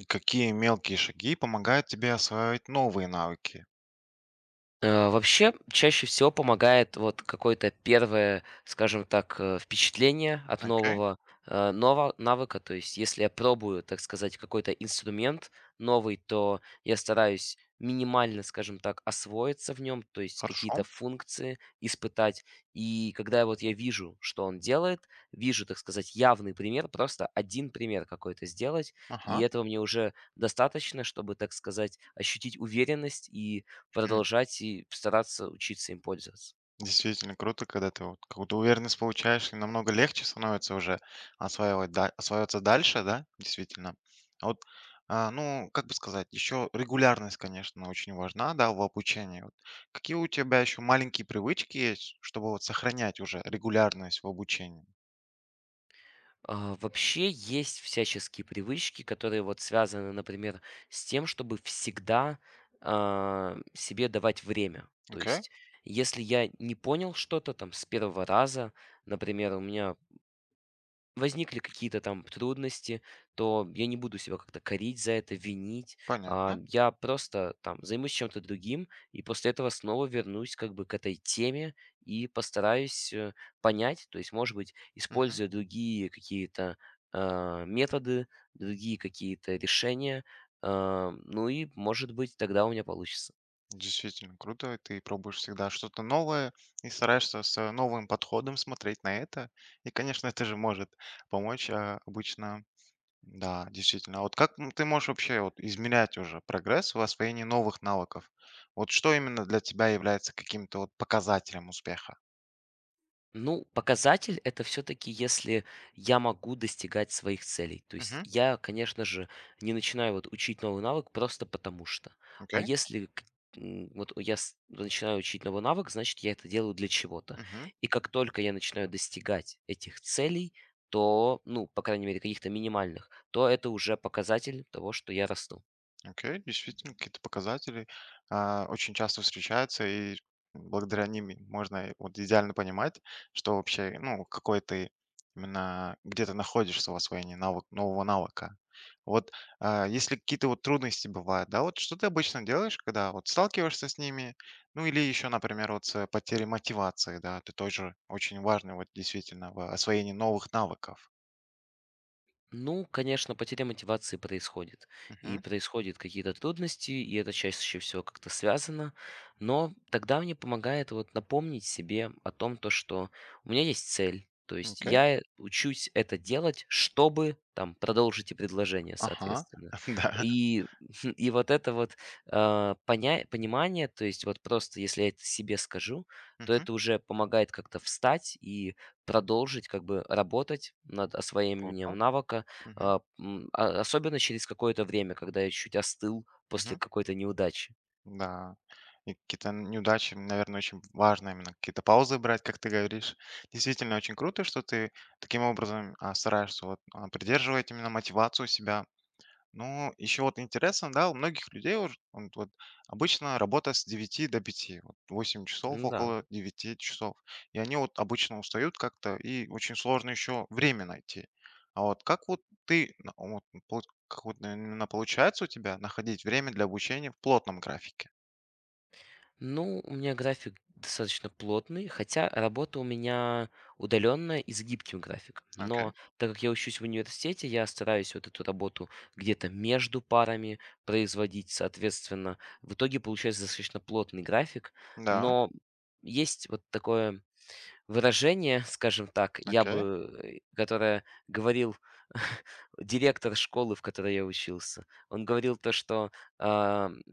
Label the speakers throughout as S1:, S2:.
S1: И какие мелкие шаги помогают тебе осваивать новые навыки?
S2: Вообще, чаще всего помогает вот какое-то первое, скажем так, впечатление от
S1: Окей,
S2: нового, нова навыка. То есть, если я пробую, так сказать, какой-то инструмент новый, то я стараюсь минимально, скажем так, освоиться в нем, то есть
S1: хорошо.
S2: какие-то функции испытать. И когда вот я вижу, что он делает, вижу, так сказать, явный пример, просто один пример какой-то сделать, и
S1: Ага.
S2: этого мне уже достаточно, чтобы, так сказать, ощутить уверенность и
S1: Хм.
S2: продолжать и стараться учиться им пользоваться.
S1: Действительно круто, когда ты вот какую-то уверенность получаешь, и намного легче становится уже осваивать, да, осваиваться дальше, да, действительно. А вот, ну, как бы сказать, еще регулярность, конечно, очень важна, да, в обучении. Вот какие у тебя еще маленькие привычки есть, чтобы вот сохранять уже регулярность в обучении?
S2: Вообще есть всяческие привычки, которые вот связаны, например, с тем, чтобы всегда, себе давать время. То
S1: Окей,
S2: есть, если я не понял что-то там с первого раза, например, у меня возникли какие-то там трудности, то я не буду себя как-то корить за это, винить. А,
S1: понятно.
S2: я просто там займусь чем-то другим, и после этого снова вернусь как бы к этой теме и постараюсь понять, то есть, может быть, используя другие какие-то методы, другие какие-то решения, ну и, может быть, тогда у меня получится.
S1: Действительно круто. Ты пробуешь всегда что-то новое и стараешься с новым подходом смотреть на это. И, конечно, это же может помочь обычно. Да, действительно. А вот как ты можешь вообще вот измерять уже прогресс в освоении новых навыков? Вот что именно для тебя является каким-то вот показателем успеха?
S2: Ну, показатель это все-таки, если я могу достигать своих целей. То
S1: Угу,
S2: есть я, конечно же, не начинаю вот учить новый навык просто потому что. А
S1: окей,
S2: если к- м, вот я с- начинаю учить новый навык, значит, я это делаю для чего-то.
S1: угу.
S2: И как только я начинаю достигать этих целей, то, ну, по крайней мере, каких-то минимальных, то это уже показатель того, что я расту.
S1: Окей, действительно, какие-то показатели очень часто встречаются, и благодаря ним и можно и вот идеально понимать, что вообще, ну, какой ты именно, где ты находишься в освоении навык, нового навыка. Вот если какие-то вот трудности бывают, да, вот что ты обычно делаешь, когда вот сталкиваешься с ними, ну или еще, например, вот с потерей мотивации, да, это тоже очень важно вот действительно в освоении новых навыков.
S2: Ну, конечно, потеря мотивации происходит. И
S1: Мгм.
S2: происходят какие-то трудности, и это чаще всего как-то связано. Но тогда мне помогает вот напомнить себе о том, то, что у меня есть цель. То есть
S1: Окей,
S2: я учусь это делать, чтобы там продолжить и предложение,
S1: ага,
S2: соответственно.
S1: да.
S2: И, и вот это вот понимание, то есть вот просто если я это себе скажу, то
S1: Мгм.
S2: это уже помогает как-то встать и продолжить как бы работать над
S1: Круто.
S2: освоением навыка,
S1: Мгм.
S2: особенно через какое-то время, когда я чуть остыл после
S1: Мгм.
S2: какой-то неудачи.
S1: Да, и какие-то неудачи, наверное, очень важно именно какие-то паузы брать, как ты говоришь. Действительно, очень круто, что ты таким образом стараешься вот, придерживать именно мотивацию себя. Ну, еще вот интересно, да, у многих людей вот, обычно работа с девяти до пяти, вот 8 часов,
S2: Да.
S1: около девяти часов. И они вот обычно устают как-то, и очень сложно еще время найти. А вот как вот ты, вот, как вот именно получается у тебя находить время для обучения в плотном графике?
S2: Ну, у меня график достаточно плотный, хотя работа у меня удаленная и с гибким графиком.
S1: Окей.
S2: Но так как я учусь в университете, я стараюсь вот эту работу где-то между парами производить, соответственно. В итоге получается достаточно плотный график,
S1: Да,
S2: но есть вот такое выражение, скажем так, я
S1: окей.
S2: бы, которое говорил директор школы, в которой я учился. Он говорил то, что, а, м,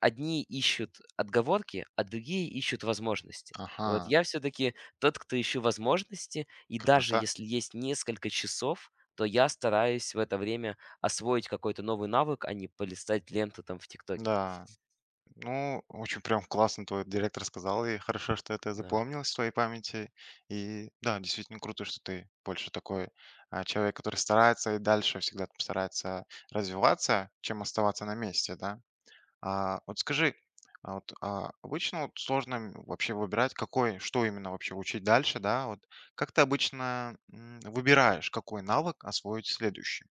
S2: одни ищут отговорки, а другие ищут возможности. И
S1: Ага,
S2: вот я все-таки тот, кто ищу возможности, и даже
S1: круто.
S2: если есть несколько часов, то я стараюсь в это время освоить какой-то новый навык, а не полистать ленту там в "Тиктоке".
S1: Да. Ну, очень прям классно твой директор сказал, и хорошо, что это
S2: Да.
S1: запомнилось в твоей памяти. И да, действительно круто, что ты больше такой человек, который старается и дальше всегда старается развиваться, чем оставаться на месте, да. А вот скажи, а вот, обычно вот сложно вообще выбирать, какой, что именно вообще учить дальше, да, вот как ты обычно выбираешь, какой навык освоить следующий?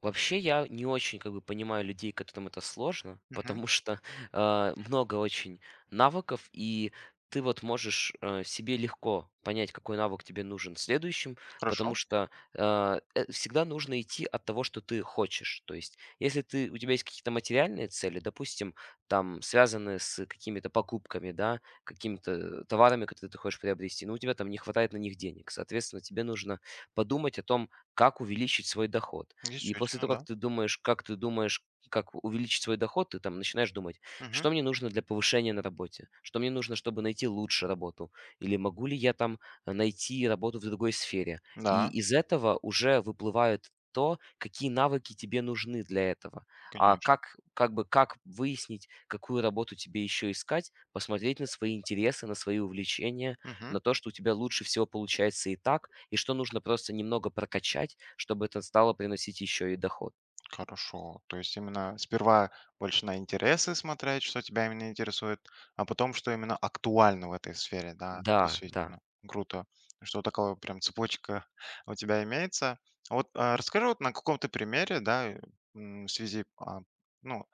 S2: Вообще, я не очень как бы понимаю людей, которым это сложно,
S1: Мгм.
S2: потому что много очень навыков, и ты вот можешь себе легко понять, какой навык тебе нужен следующим, потому
S1: Хорошо.
S2: что всегда нужно идти от того, что ты хочешь. То есть, если ты, у тебя есть какие-то материальные цели, допустим, там связанные с какими-то покупками, да, какими-то товарами, которые ты хочешь приобрести, но у тебя там не хватает на них денег. Соответственно, тебе нужно подумать о том, как увеличить свой доход и после
S1: Действительно,
S2: того, как
S1: да.
S2: ты думаешь, как ты думаешь, как увеличить свой доход, ты там начинаешь думать,
S1: Мгм.
S2: что мне нужно для повышения на работе, что мне нужно, чтобы найти лучше работу, или могу ли я там найти работу в другой сфере. И
S1: Да,
S2: из этого уже выплывают то, какие навыки тебе нужны для этого. А
S1: конечно.
S2: как бы, как выяснить, какую работу тебе еще искать, посмотреть на свои интересы, на свои увлечения,
S1: Мгм.
S2: на то, что у тебя лучше всего получается и так, и что нужно просто немного прокачать, чтобы это стало приносить еще и доход.
S1: Хорошо. То есть именно сперва больше на интересы смотреть, что тебя именно интересует, а потом, что именно актуально в этой сфере. Да,
S2: Да.
S1: действительно. Круто, что такого прям цепочка у тебя имеется. А вот расскажи вот на каком-то примере, да, в связи, ну,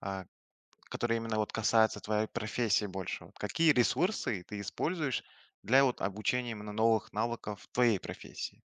S1: а, который именно вот касается твоей профессии больше. Вот какие ресурсы ты используешь для вот обучения именно новых навыков в твоей профессии?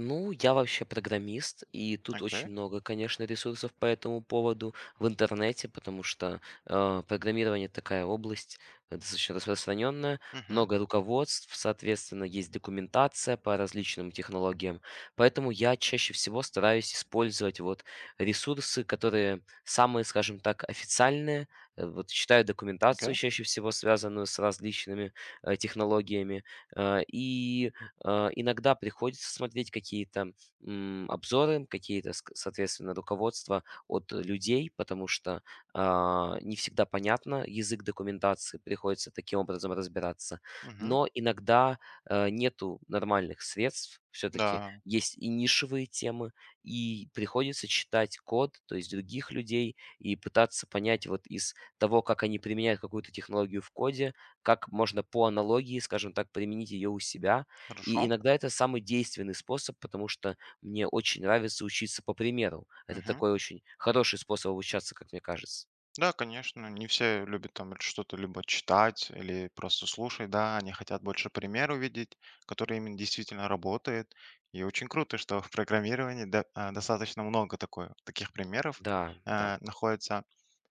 S2: Ну, я вообще программист, и тут
S1: Окей.
S2: очень много, конечно, ресурсов по этому поводу в интернете, потому что программирование такая область достаточно распространенная,
S1: Мгм.
S2: много руководств, соответственно, есть документация по различным технологиям. Поэтому я чаще всего стараюсь использовать вот ресурсы, которые самые, скажем так, официальные. Вот читаю документацию
S1: Окей.
S2: чаще всего, связанную с различными технологиями. Э, и Иногда приходится смотреть какие-то, обзоры, какие-то, ск соответственно, руководства от людей, потому что, не всегда понятно язык документации, приходится таким образом разбираться.
S1: Мгм.
S2: Но иногда, нету нормальных средств, все таки
S1: Да,
S2: есть и нишевые темы, и приходится читать код, то есть других людей, и пытаться понять вот из того, как они применяют какую-то технологию в коде, как можно по аналогии, скажем так, применить ее у себя, и
S1: хорошо.
S2: иногда это самый действенный способ, потому что мне очень нравится учиться по примеру. Это
S1: Мгм.
S2: такой очень хороший способ обучаться, как мне кажется.
S1: Да, конечно, не все любят там что-то либо читать или просто слушать, да, они хотят больше пример увидеть, который именно действительно работает. И очень круто, что в программировании достаточно много такой, таких примеров
S2: Да.
S1: находится.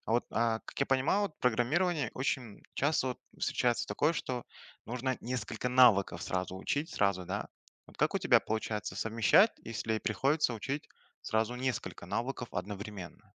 S1: А вот, как я понимаю, вот программирование очень часто вот встречается такое, что нужно несколько навыков сразу учить, сразу, да? Вот как у тебя получается совмещать, если приходится учить сразу несколько навыков одновременно?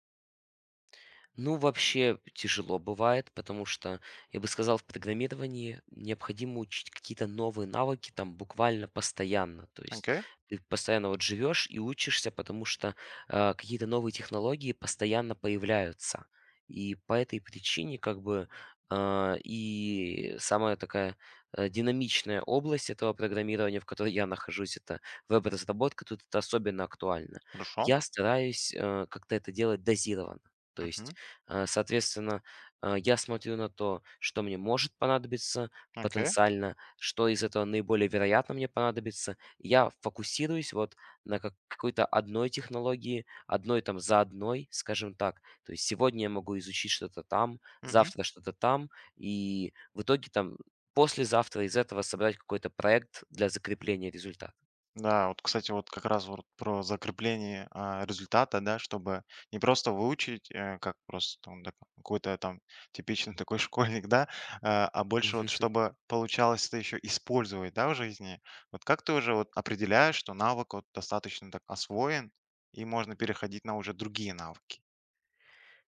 S2: Ну, вообще тяжело бывает, потому что, я бы сказал, в программировании необходимо учить какие-то новые навыки там буквально постоянно. То есть
S1: Окей,
S2: ты постоянно вот живешь и учишься, потому что какие-то новые технологии постоянно появляются. И по этой причине как бы и самая такая динамичная область этого программирования, в которой я нахожусь, это веб-разработка, тут это особенно актуально.
S1: хорошо.
S2: Я стараюсь как-то это делать дозированно. То есть
S1: Мгм.
S2: Соответственно, я смотрю на то, что мне может понадобиться
S1: Окей.
S2: потенциально, что из этого наиболее вероятно мне понадобится. Я фокусируюсь вот на какой-то одной технологии, одной там за одной, скажем так. То есть сегодня я могу изучить что-то там, завтра что-то там, и в итоге там послезавтра из этого собрать какой-то проект для закрепления результата.
S1: Да, вот, кстати, вот как раз вот про закрепление результата, да, чтобы не просто выучить, как просто там, да, какой-то там типичный такой школьник, да, больше вот чтобы получалось это еще использовать, да, в жизни. Вот как ты уже вот определяешь, что навык вот достаточно так освоен, и можно переходить на уже другие навыки?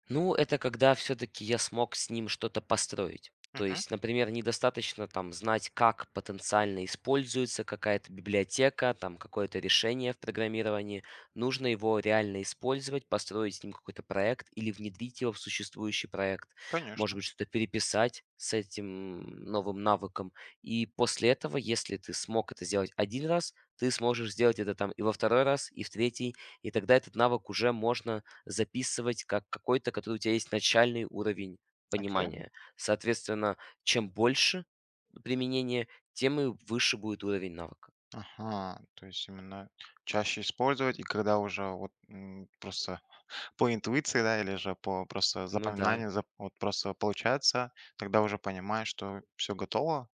S2: Ну, это когда все-таки я смог с ним что-то построить. То
S1: Мгм.
S2: есть, например, недостаточно там знать, как потенциально используется какая-то библиотека, там какое-то решение в программировании. Нужно его реально использовать, построить с ним какой-то проект или внедрить его в существующий проект. Может
S1: Конечно.
S2: быть, что-то переписать с этим новым навыком. И после этого, если ты смог это сделать один раз, ты сможешь сделать это там и во второй раз, и в третий, и тогда этот навык уже можно записывать как какой-то, который у тебя есть начальный уровень
S1: Окей.
S2: понимания. Соответственно, чем больше применение, тем и выше будет уровень навыка.
S1: Ага, то есть именно чаще использовать, и когда уже вот просто по интуиции, да, или же по просто
S2: Ну да.
S1: запоминанию, зап вот просто получается, тогда уже понимаешь, что все готово.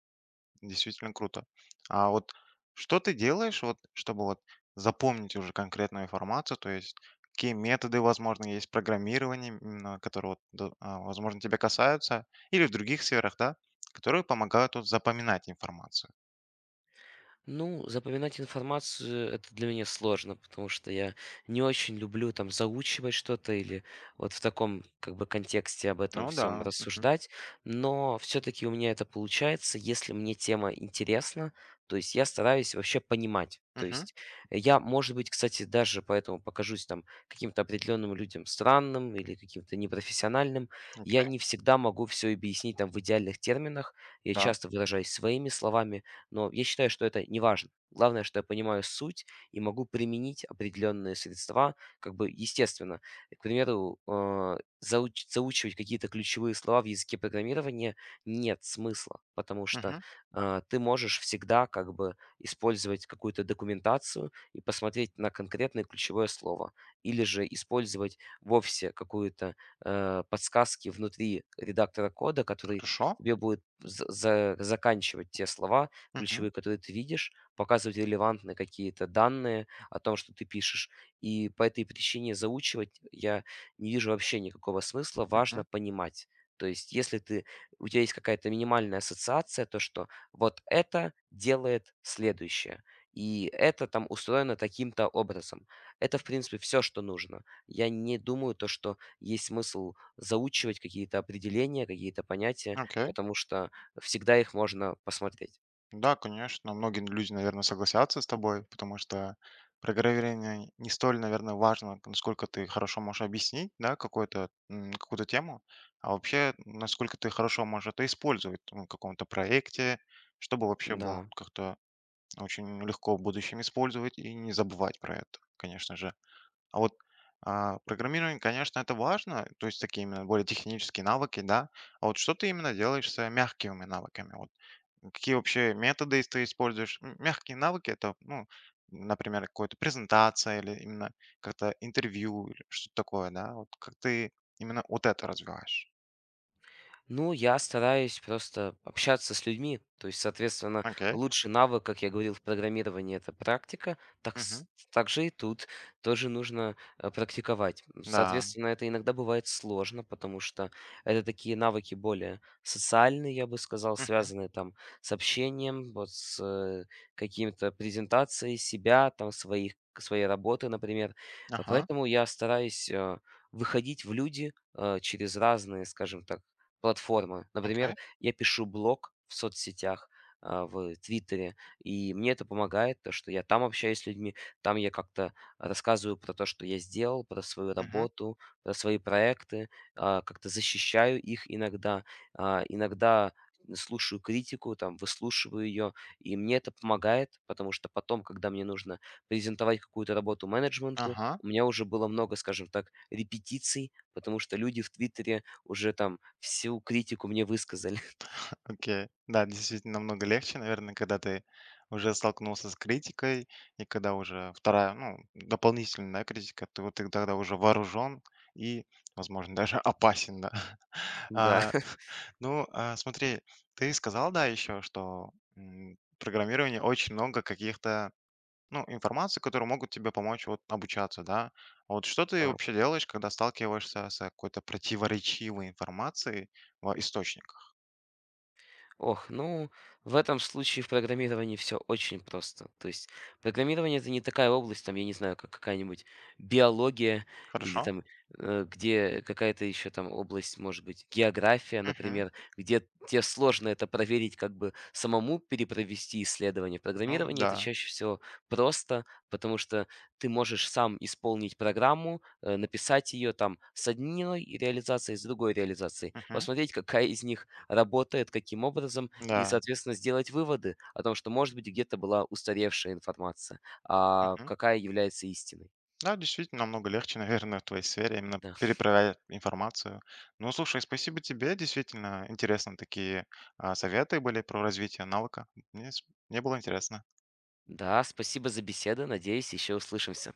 S1: Действительно круто. А вот что ты делаешь, вот, чтобы вот запомнить уже конкретную информацию? То есть какие методы, возможно, есть программирование, именно которые, вот, возможно, тебя касаются, или в других сферах, да, которые помогают вот запоминать информацию?
S2: Ну, запоминать информацию- это для меня сложно, потому что я не очень люблю там заучивать что-то или вот в таком как бы контексте об этом
S1: Ну
S2: всем
S1: да. Мгм.
S2: рассуждать. Но все таки у меня это получается, если мне тема интересна, то есть я стараюсь вообще понимать. То
S1: Мгм.
S2: есть я, может быть, кстати, даже поэтому покажусь там каким-то определенным людям странным или каким-то непрофессиональным. Я
S1: Окей.
S2: не всегда могу все объяснить там в идеальных терминах. Я
S1: Да.
S2: часто выражаюсь своими словами, но я считаю, что это не важно. Главное, что я понимаю суть и могу применить определенные средства, как бы естественно. К примеру, заучивать какие-то ключевые слова в языке программирования нет смысла, потому что
S1: Мгм.
S2: ты можешь всегда как бы использовать какую-то документацию и посмотреть на конкретное ключевое слово, или же использовать вовсе какую-то подсказки внутри редактора кода, который
S1: Хорошо.
S2: тебе будет заканчивать те слова,
S1: Мгм.
S2: ключевые, которые ты видишь, показывать релевантные какие-то данные о том, что ты пишешь. И по этой причине заучивать я не вижу вообще никакого смысла. Важно
S1: Мгм.
S2: понимать. То есть, если ты, у тебя есть какая-то минимальная ассоциация, то что вот это делает следующее, и это там устроено таким-то образом. Это, в принципе, все, что нужно. Я не думаю то, что есть смысл заучивать какие-то определения, какие-то понятия,
S1: Окей.
S2: потому что всегда их можно посмотреть.
S1: Да, конечно, многие люди, наверное, согласятся с тобой, потому что программирование не столь, наверное, важно, насколько ты хорошо можешь объяснить, да, какую-то какую-то тему, а вообще, насколько ты хорошо можешь это использовать ну, в каком-то проекте, чтобы вообще
S2: Да.
S1: было как-то очень легко в будущем использовать и не забывать про это, конечно же. А вот программирование, конечно, это важно, то есть такие именно более технические навыки, да. А вот что ты именно делаешь с мягкими навыками? Вот какие вообще методы из ты используешь? Мягкие навыки- это, ну, например, какая то презентация или именно как-то интервью или что-то такое, да? Вот как ты именно вот это развиваешь?
S2: Ну, я стараюсь просто общаться с людьми. То есть, соответственно,
S1: Окей.
S2: лучший навык, как я говорил, в программировании это практика.
S1: Мгм.
S2: Так же и тут тоже нужно практиковать.
S1: Да.
S2: Соответственно, это иногда бывает сложно, потому что это такие навыки более социальные, я бы сказал,
S1: Мгм.
S2: связанные там с общением, вот с какими-то презентацией себя, там своих своей работы, например. А
S1: Ага.
S2: поэтому я стараюсь выходить в люди через разные, скажем так, платформы.
S1: Окей.
S2: Например, я пишу блог в соцсетях, в Твиттере, и мне это помогает, то, что я там общаюсь с людьми, там я как-то рассказываю про то, что я сделал, про свою
S1: Мгм.
S2: работу, про свои проекты, как-то защищаю их иногда, иногда слушаю критику, там, выслушиваю ее, и мне это помогает, потому что потом, когда мне нужно презентовать какую-то работу менеджменту,
S1: Ага.
S2: у меня уже было много, скажем так, репетиций, потому что люди в Твиттере уже там всю критику мне высказали.
S1: Окей. Да, действительно намного легче, наверное, когда ты уже столкнулся с критикой, и когда уже вторая, ну, дополнительная да, критика, то ты тогда уже вооружен и, возможно, даже опасен, да.
S2: Да,
S1: А, ну, смотри, ты сказал, да, еще, что в программировании очень много каких-то, ну, информации, которые могут тебе помочь вот обучаться, да. А вот что ты
S2: там
S1: вообще делаешь, когда сталкиваешься с какой-то противоречивой информацией в источниках?
S2: Ох, ну, в этом случае в программировании все очень просто. То есть программирование- это не такая область, там, я не знаю, как какая-нибудь биология или
S1: Хорошо?
S2: там, где какая-то еще там область, может быть, география,
S1: Мгм.
S2: например, где те сложно это проверить, как бы самому перепровести исследование.
S1: Ну
S2: Программирование- это
S1: да,
S2: чаще всего просто, потому что ты можешь сам исполнить программу, написать ее там с одной реализацией, с другой реализацией,
S1: мгм,
S2: посмотреть, какая из них работает, каким образом, и,
S1: да,
S2: соответственно, сделать выводы о том, что, может быть, где-то была устаревшая информация, а
S1: мгм.
S2: какая является истиной.
S1: Да, действительно, намного легче, наверное, в твоей сфере именно
S2: Да.
S1: перепроверять информацию. Ну, слушай, спасибо тебе, действительно интересно такие советы были про развитие навыка. Мне, мне было интересно.
S2: Да, спасибо за беседу. Надеюсь, еще услышимся.